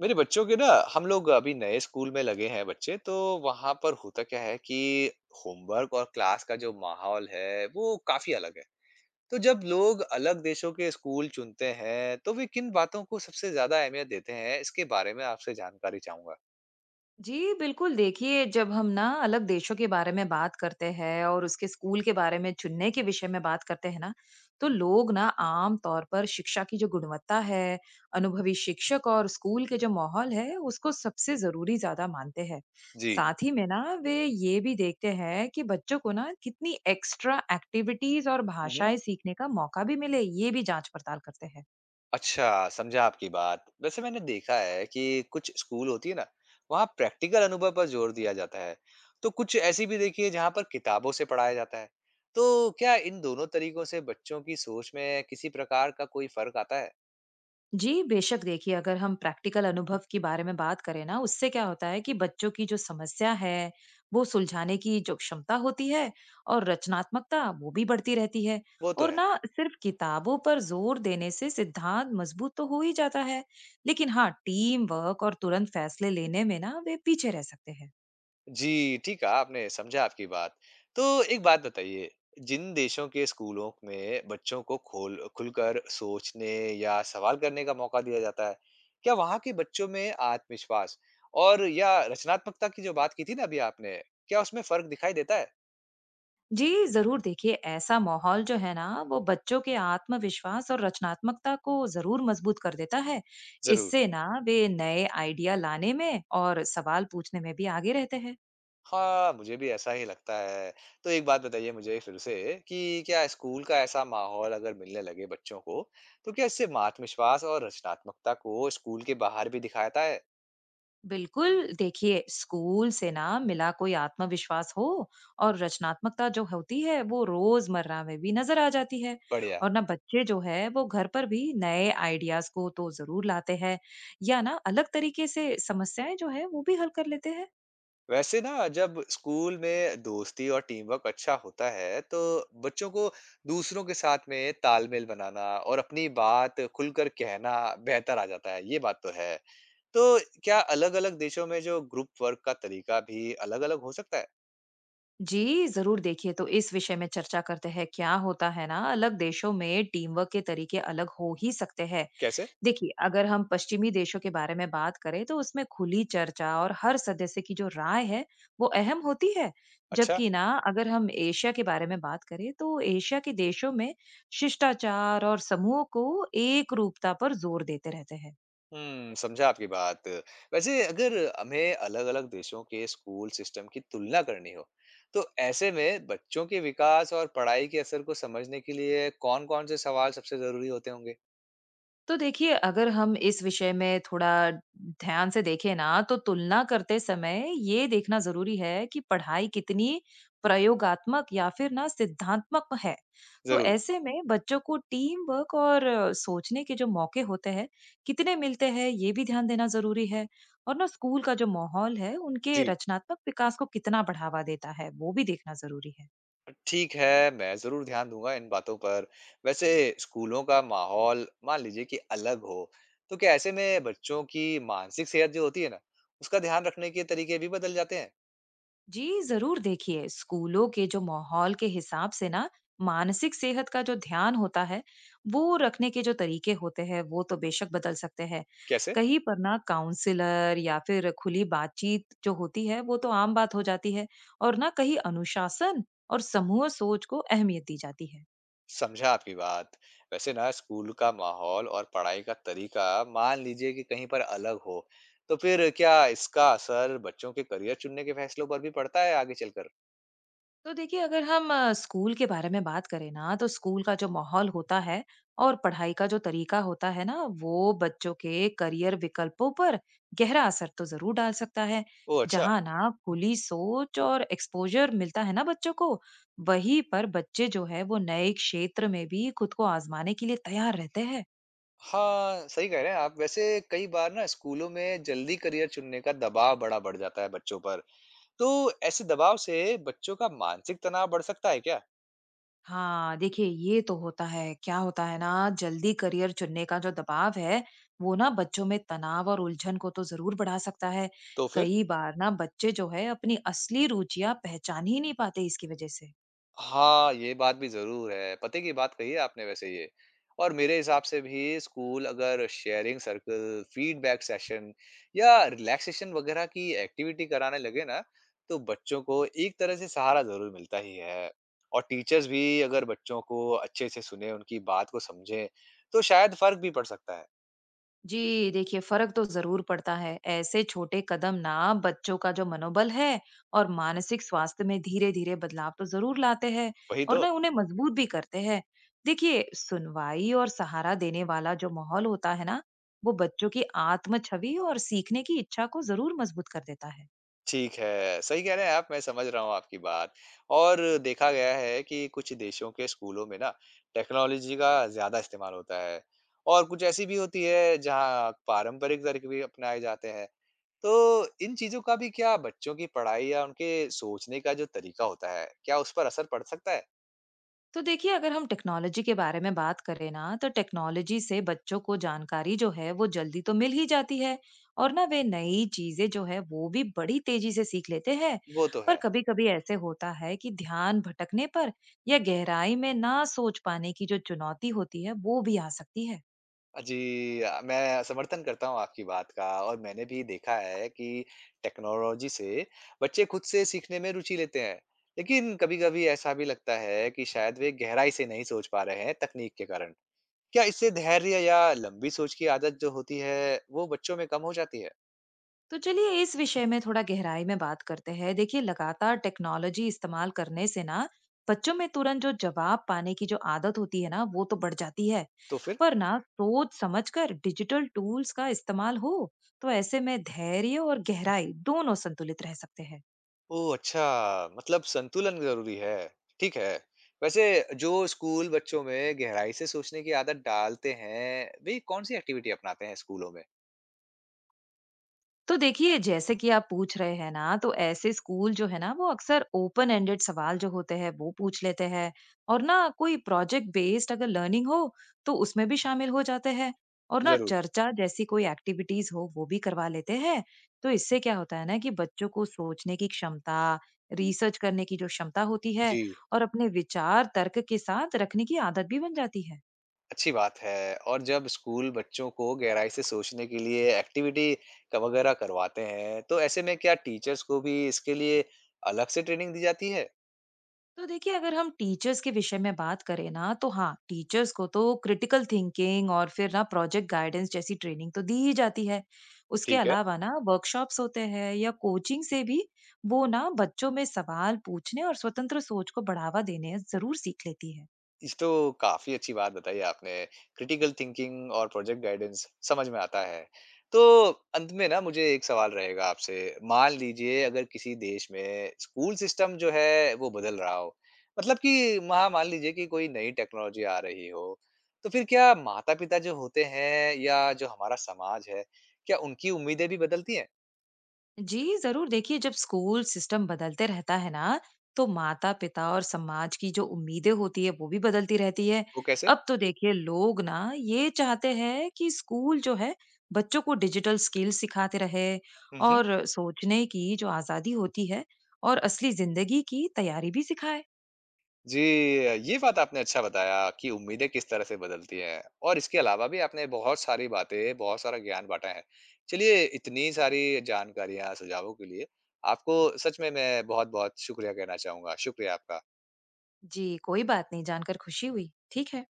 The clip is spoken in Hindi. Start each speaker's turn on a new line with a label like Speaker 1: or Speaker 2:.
Speaker 1: मेरे बच्चों के ना। हम लोग अभी नए स्कूल में लगे हैं बच्चे तो वहां पर होता क्या है कि होमवर्क और क्लास का जो माहौल है वो काफी अलग है। तो जब लोग अलग देशों के स्कूल चुनते हैं तो वे किन बातों को सबसे ज्यादा अहमियत देते हैं इसके बारे में आपसे जानकारी चाहूंगा।
Speaker 2: जी, बिल्कुल देखिए, जब हम ना अलग देशों के बारे में बात करते हैं और उसके स्कूल के बारे में चुनने के विषय में बात करते हैं ना, तो लोग ना आम तौर पर शिक्षा की जो गुणवत्ता है, अनुभवी शिक्षक और स्कूल के जो माहौल है, उसको सबसे ज़रूरी ज़्यादा मानते हैं।
Speaker 1: जी।
Speaker 2: साथ ही में ना वे ये भी देखते हैं कि बच्चों को ना कितनी एक्स्ट्रा एक्टिविटीज़ और भाषाएँ सीखने का मौका भी मिले, ये भी जाँच-पड़ताल करते हैं।
Speaker 1: अच्छा, समझा आपकी बात। वैसे मैंने देखा है कि कुछ स्कूल होती है ना, वहाँ प्रैक्टिकल अनुभव पर जोर दिया जाता है। तो कुछ ऐसी भी देखी है जहाँ पर किताबों से पढ़ाया जाता है। तो क्या इन दोनों तरीकों से बच्चों की सोच में किसी प्रकार का कोई फ़र्क आता है?
Speaker 2: जी, बेशक देखिए अगर हम प्रैक्टिकल अनुभव के बारे में बात करें ना, उससे क्या होता है कि बच्चों की जो समस्या है, वो सुलझाने की जो क्षमता होती है और रचनात्मकता वो भी बढ़ती रहती है।
Speaker 1: वो तो
Speaker 2: और
Speaker 1: है।
Speaker 2: ना सिर्फ किताबों पर जोर देने से सिद्धांत मजबूत तो हो ही जाता है, लेकिन हाँ, टीम वर्क और तुरंत फैसले लेने में ना वे पीछे रह सकते हैं।
Speaker 1: जी, ठीक कहा आपने, समझा आपकी बात। तो एक बात बताइए, जिन देशों के स्कूलों में बच्चों को खोल खुलकर सोचने या सवाल करने का मौका दिया जाता है, क्या वहाँ के बच्चों में आत्मविश्वास और या रचनात्मकता की जो बात की थी ना अभी आपने, क्या उसमें फ़र्क दिखाई देता है?
Speaker 2: जी, ज़रूर देखिए ऐसा माहौल जो है ना वो बच्चों के आत्मविश्वास और रचनात्मकता को ज़रूर मजबूत कर देता है।
Speaker 1: ज़रूर।
Speaker 2: इससे ना वे नए आइडिया लाने में और सवाल पूछने में भी आगे रहते हैं।
Speaker 1: हाँ, मुझे भी ऐसा ही लगता है। तो एक बात बताइए मुझे फिर से कि क्या स्कूल का ऐसा माहौल अगर मिलने लगे बच्चों को, तो क्या इससे आत्मविश्वास और रचनात्मकता को स्कूल के बाहर भी दिखाता है?
Speaker 2: बिल्कुल देखिए, स्कूल से ना मिला कोई आत्मविश्वास हो और रचनात्मकता जो होती है वो रोजमर्रा में भी नजर आ जाती है।
Speaker 1: बढ़िया।
Speaker 2: और ना बच्चे जो है वो घर पर भी नए आइडियाज को तो जरूर लाते हैं या ना अलग तरीके से समस्याएं जो है वो भी हल कर लेते हैं।
Speaker 1: वैसे ना जब स्कूल में दोस्ती और टीम वर्क अच्छा होता है तो बच्चों को दूसरों के साथ में तालमेल बनाना और अपनी बात खुलकर कहना बेहतर आ जाता है, ये बात तो है। तो क्या अलग अलग देशों में जो ग्रुप वर्क का तरीका भी अलग अलग हो सकता है?
Speaker 2: जी, ज़रूर देखिए, तो इस विषय में चर्चा करते हैं। क्या होता है ना, अलग देशों में टीम वर्क के तरीके अलग हो ही सकते हैं।
Speaker 1: कैसे?
Speaker 2: देखिए, अगर हम पश्चिमी देशों के बारे में बात करें तो उसमें खुली चर्चा और हर सदस्य की जो राय है, वो अहम होती है।
Speaker 1: अच्छा।
Speaker 2: जबकि ना अगर हम एशिया के बारे में बात करें तो एशिया के देशों में शिष्टाचार और समूह को एक रूपता पर जोर देते रहते हैं।
Speaker 1: हुँ, समझा आपकी बात। वैसे अगर हमें अलग-अलग देशों के स्कूल सिस्टम की तुलना करनी हो, तो ऐसे में बच्चों के विकास और पढ़ाई के असर को समझने के लिए कौन-कौन से सवाल सबसे ज़रूरी होते होंगे?
Speaker 2: तो देखिए, अगर हम इस विषय में थोड़ा ध्यान से देखें ना, तो तुलना करते समय ये देखना ज़रूरी है कि पढ़ाई कितनी प्रयोगात्मक या फिर ना सिद्धांत्मक है। तो
Speaker 1: ज़रूर।
Speaker 2: ऐसे में बच्चों को टीम वर्क और सोचने के जो मौके होते हैं, कितने मिलते हैं, ये भी ध्यान देना ज़रूरी है। और ना स्कूल का जो माहौल है, उनके
Speaker 1: जी।
Speaker 2: रचनात्मक विकास को कितना बढ़ावा देता है, वो भी देखना ज़रूरी है।
Speaker 1: ठीक है, मैं ज़रूर ध्यान दूँगा इन बातों पर। वैसे स्कूलों का माहौल मान लीजिए कि अलग हो, तो क्या ऐसे में बच्चों की मानसिक सेहत जो होती है ना, उसका ध्यान रखने के तरीके भी बदल जाते हैं?
Speaker 2: जी, जरूर देखिए, स्कूलों के जो माहौल के हिसाब से ना मानसिक सेहत का जो ध्यान होता है वो रखने के जो तरीके होते हैं वो तो बेशक बदल सकते हैं।
Speaker 1: कैसे?
Speaker 2: कहीं पर ना काउंसलर या फिर खुली बातचीत जो होती है वो तो आम बात हो जाती है और ना कहीं अनुशासन और समूह सोच को अहमियत दी जाती है।
Speaker 1: समझा आपकी बात। वैसे ना स्कूल का माहौल और पढ़ाई का तरीका मान लीजिए कि कहीं पर अलग हो, तो फिर क्या इसका असर बच्चों के करियर चुनने के फैसलों पर भी पड़ता है आगे चलकर?
Speaker 2: तो देखिए, अगर हम स्कूल के बारे में बात करें ना तो स्कूल का जो माहौल होता है और पढ़ाई का जो तरीका होता है ना वो बच्चों के करियर विकल्पों पर गहरा असर तो जरूर डाल सकता है।
Speaker 1: ओह अच्छा!
Speaker 2: जहाँ ना खुली सोच और एक्सपोजर मिलता है ना बच्चों को, वहीं पर बच्चे जो है वो नए क्षेत्र में भी खुद को आजमाने के लिए तैयार रहते हैं।
Speaker 1: हाँ, सही कह रहे हैं आप। वैसे कई बार ना स्कूलों में जल्दी करियर चुनने का दबाव बड़ा बढ़ जाता है बच्चों पर। तो ऐसे दबाव से बच्चों का मानसिक तनाव बढ़ सकता है क्या?
Speaker 2: हाँ, देखिए ये तो होता है। क्या होता है ना, जल्दी करियर चुनने का जो दबाव है, वो ना बच्चों में तनाव और उलझन को तो ज़रूर बढ़ा सकता है।
Speaker 1: तो फिर?
Speaker 2: कई बार ना बच्चे जो है अपनी असली रुचियाँ पहचान ही नहीं पाते इसकी वज़ह से।
Speaker 1: हाँ, ये बात भी ज़रूर है। पते की बात कही है आपने वैसे ये। और मेरे हिसाब से भी स्कूल अगर शेयरिंग सर्कल, फीडबैक सेशन या रिलैक्सेशन वगैरह की एक्टिविटी कराने लगे ना, तो बच्चों को एक तरह से सहारा ज़रूर मिलता ही है। और टीचर्स भी अगर बच्चों को अच्छे से सुने, उनकी बात को समझें, तो शायद फ़र्क भी पड़ सकता है।
Speaker 2: जी, देखिए फर्क तो जरूर पड़ता है, ऐसे छोटे कदम ना बच्चों का जो मनोबल है और मानसिक स्वास्थ्य में धीरे धीरे बदलाव तो जरूर लाते हैं।
Speaker 1: वही
Speaker 2: और
Speaker 1: तो।
Speaker 2: ना उन्हें मजबूत भी करते हैं। देखिए, सुनवाई और सहारा देने वाला जो माहौल होता है ना वो बच्चों की आत्म छवि और सीखने की इच्छा को जरूर मजबूत कर देता है।
Speaker 1: ठीक है, सही कह रहे हैं आप, मैं समझ रहा हूँ आपकी बात। और देखा गया है कि कुछ देशों के स्कूलों में ना टेक्नोलॉजी का ज़्यादा इस्तेमाल होता है और कुछ ऐसी भी होती है जहाँ पारंपरिक तरीके भी अपनाए जाते हैं। तो इन चीज़ों का भी क्या बच्चों की पढ़ाई या उनके सोचने का जो तरीका होता है, क्या उस पर असर पड़ सकता है?
Speaker 2: तो देखिए, अगर हम टेक्नोलॉजी के बारे में बात करें ना तो टेक्नोलॉजी से बच्चों को जानकारी जो है वो जल्दी तो मिल ही जाती है और ना वे नई चीजें जो है वो भी बड़ी तेजी से सीख लेते हैं।
Speaker 1: वो तो
Speaker 2: पर
Speaker 1: है।
Speaker 2: कभी कभी ऐसे होता है कि ध्यान भटकने पर या गहराई में ना सोच पाने की जो चुनौती होती है वो भी आ सकती है।
Speaker 1: जी, मैं समर्थन करता हूँ आपकी बात का और मैंने भी देखा है कि टेक्नोलॉजी से बच्चे खुद से सीखने में रुचि लेते हैं। लेकिन कभी-कभी ऐसा भी लगता है कि शायद वे गहराई से नहीं सोच पा रहे हैं तकनीक के कारण। क्या इससे धैर्य या लंबी सोच की आदत जो होती है, वो बच्चों में कम हो जाती है?
Speaker 2: तो चलिए, इस विषय में थोड़ा गहराई में बात करते हैं। देखिए, लगातार टेक्नोलॉजी इस्तेमाल करने से ना बच्चों में तुरंत जो जवाब पाने की जो आदत होती है ना वो तो बढ़ जाती है।
Speaker 1: तो फिर?
Speaker 2: पर ना सोच समझकर डिजिटल टूल्स का इस्तेमाल हो तो ऐसे में धैर्य और गहराई दोनों संतुलित रह सकते हैं।
Speaker 1: ओह! अच्छा, मतलब संतुलन ज़रूरी है। ठीक है। वैसे जो स्कूल बच्चों में गहराई से सोचने की आदत डालते हैं, वे कौन-सी एक्टिविटी अपनाते हैं स्कूलों में?
Speaker 2: तो देखिए, जैसे कि आप पूछ रहे हैं ना, तो ऐसे स्कूल जो है ना, वो अक्सर ओपन एंडेड सवाल जो होते हैं, वो पूछ लेते हैं और ना कोई प्रोजेक्ट बेस्ड अगर लर्निंग हो, तो उसमें भी शामिल हो जाते हैं और ना
Speaker 1: ज़रूर।
Speaker 2: चर्चा जैसी कोई एक्टिविटीज हो, वो भी करवा लेते हैं। तो इससे क्या होता है ना कि बच्चों को सोचने की क्षमता, रिसर्च करने की जो क्षमता होती है
Speaker 1: जी।
Speaker 2: और अपने विचार तर्क के साथ रखने की आदत भी बन जाती है।
Speaker 1: अच्छी बात है। और जब स्कूल बच्चों को गहराई से सोचने के लिए एक्टिविटी क वगैरह करवाते हैं, तो ऐसे में क्या टीचर्स को भी इसके लिए अलग से ट्रेनिंग दी जाती है?
Speaker 2: तो देखिए, अगर हम टीचर्स के विषय में बात करें ना तो हाँ, टीचर्स को तो क्रिटिकल थिंकिंग और फिर ना प्रोजेक्ट गाइडेंस जैसी ट्रेनिंग तो दी ही जाती है। उसके
Speaker 1: ठीक है।
Speaker 2: अलावा ना वर्कशॉप्स होते हैं या कोचिंग से भी वो ना बच्चों में सवाल पूछने और स्वतंत्र सोच को बढ़ावा देने जरूर सीख लेती है।
Speaker 1: इस तो काफ़ी अच्छी बात बताई आपने। क्रिटिकल थिंकिंग और प्रोजेक्ट गाइडेंस समझ में आता है। तो अंत में ना मुझे एक सवाल रहेगा आपसे। मान लीजिए अगर किसी देश में स्कूल सिस्टम जो है वो बदल रहा हो, मतलब कि वहाँ मान लीजिए कि कोई नई टेक्नोलॉज़ी आ रही हो, तो फिर क्या माता-पिता जो होते हैं या जो हमारा समाज है, क्या उनकी उम्मीदें भी बदलती हैं?
Speaker 2: जी, जरूर देखिए, जब स्कूल सिस्टम बदलते रहता है ना तो माता पिता और समाज की जो उम्मीदें होती है वो भी बदलती रहती है।
Speaker 1: वो कैसे?
Speaker 2: अब तो देखिए, लोग ना ये चाहते हैं कि स्कूल जो है बच्चों को डिजिटल स्किल सिखाते रहे
Speaker 1: हुँ, हुँ।
Speaker 2: और सोचने की जो आजादी होती है और असली जिंदगी की तैयारी भी सिखाए।
Speaker 1: जी, ये बात आपने अच्छा बताया कि उम्मीदें किस तरह से बदलती हैं और इसके अलावा भी आपने बहुत सारी बातें, बहुत सारा ज्ञान बाँटा है। चलिए, इतनी सारी जानकारियाँ, सुझावों के लिए आपको सच में मैं बहुत-बहुत शुक्रिया कहना चाहूँगा। शुक्रिया आपका।
Speaker 2: जी, कोई बात नहीं, जानकर खुशी हुई। ठीक है।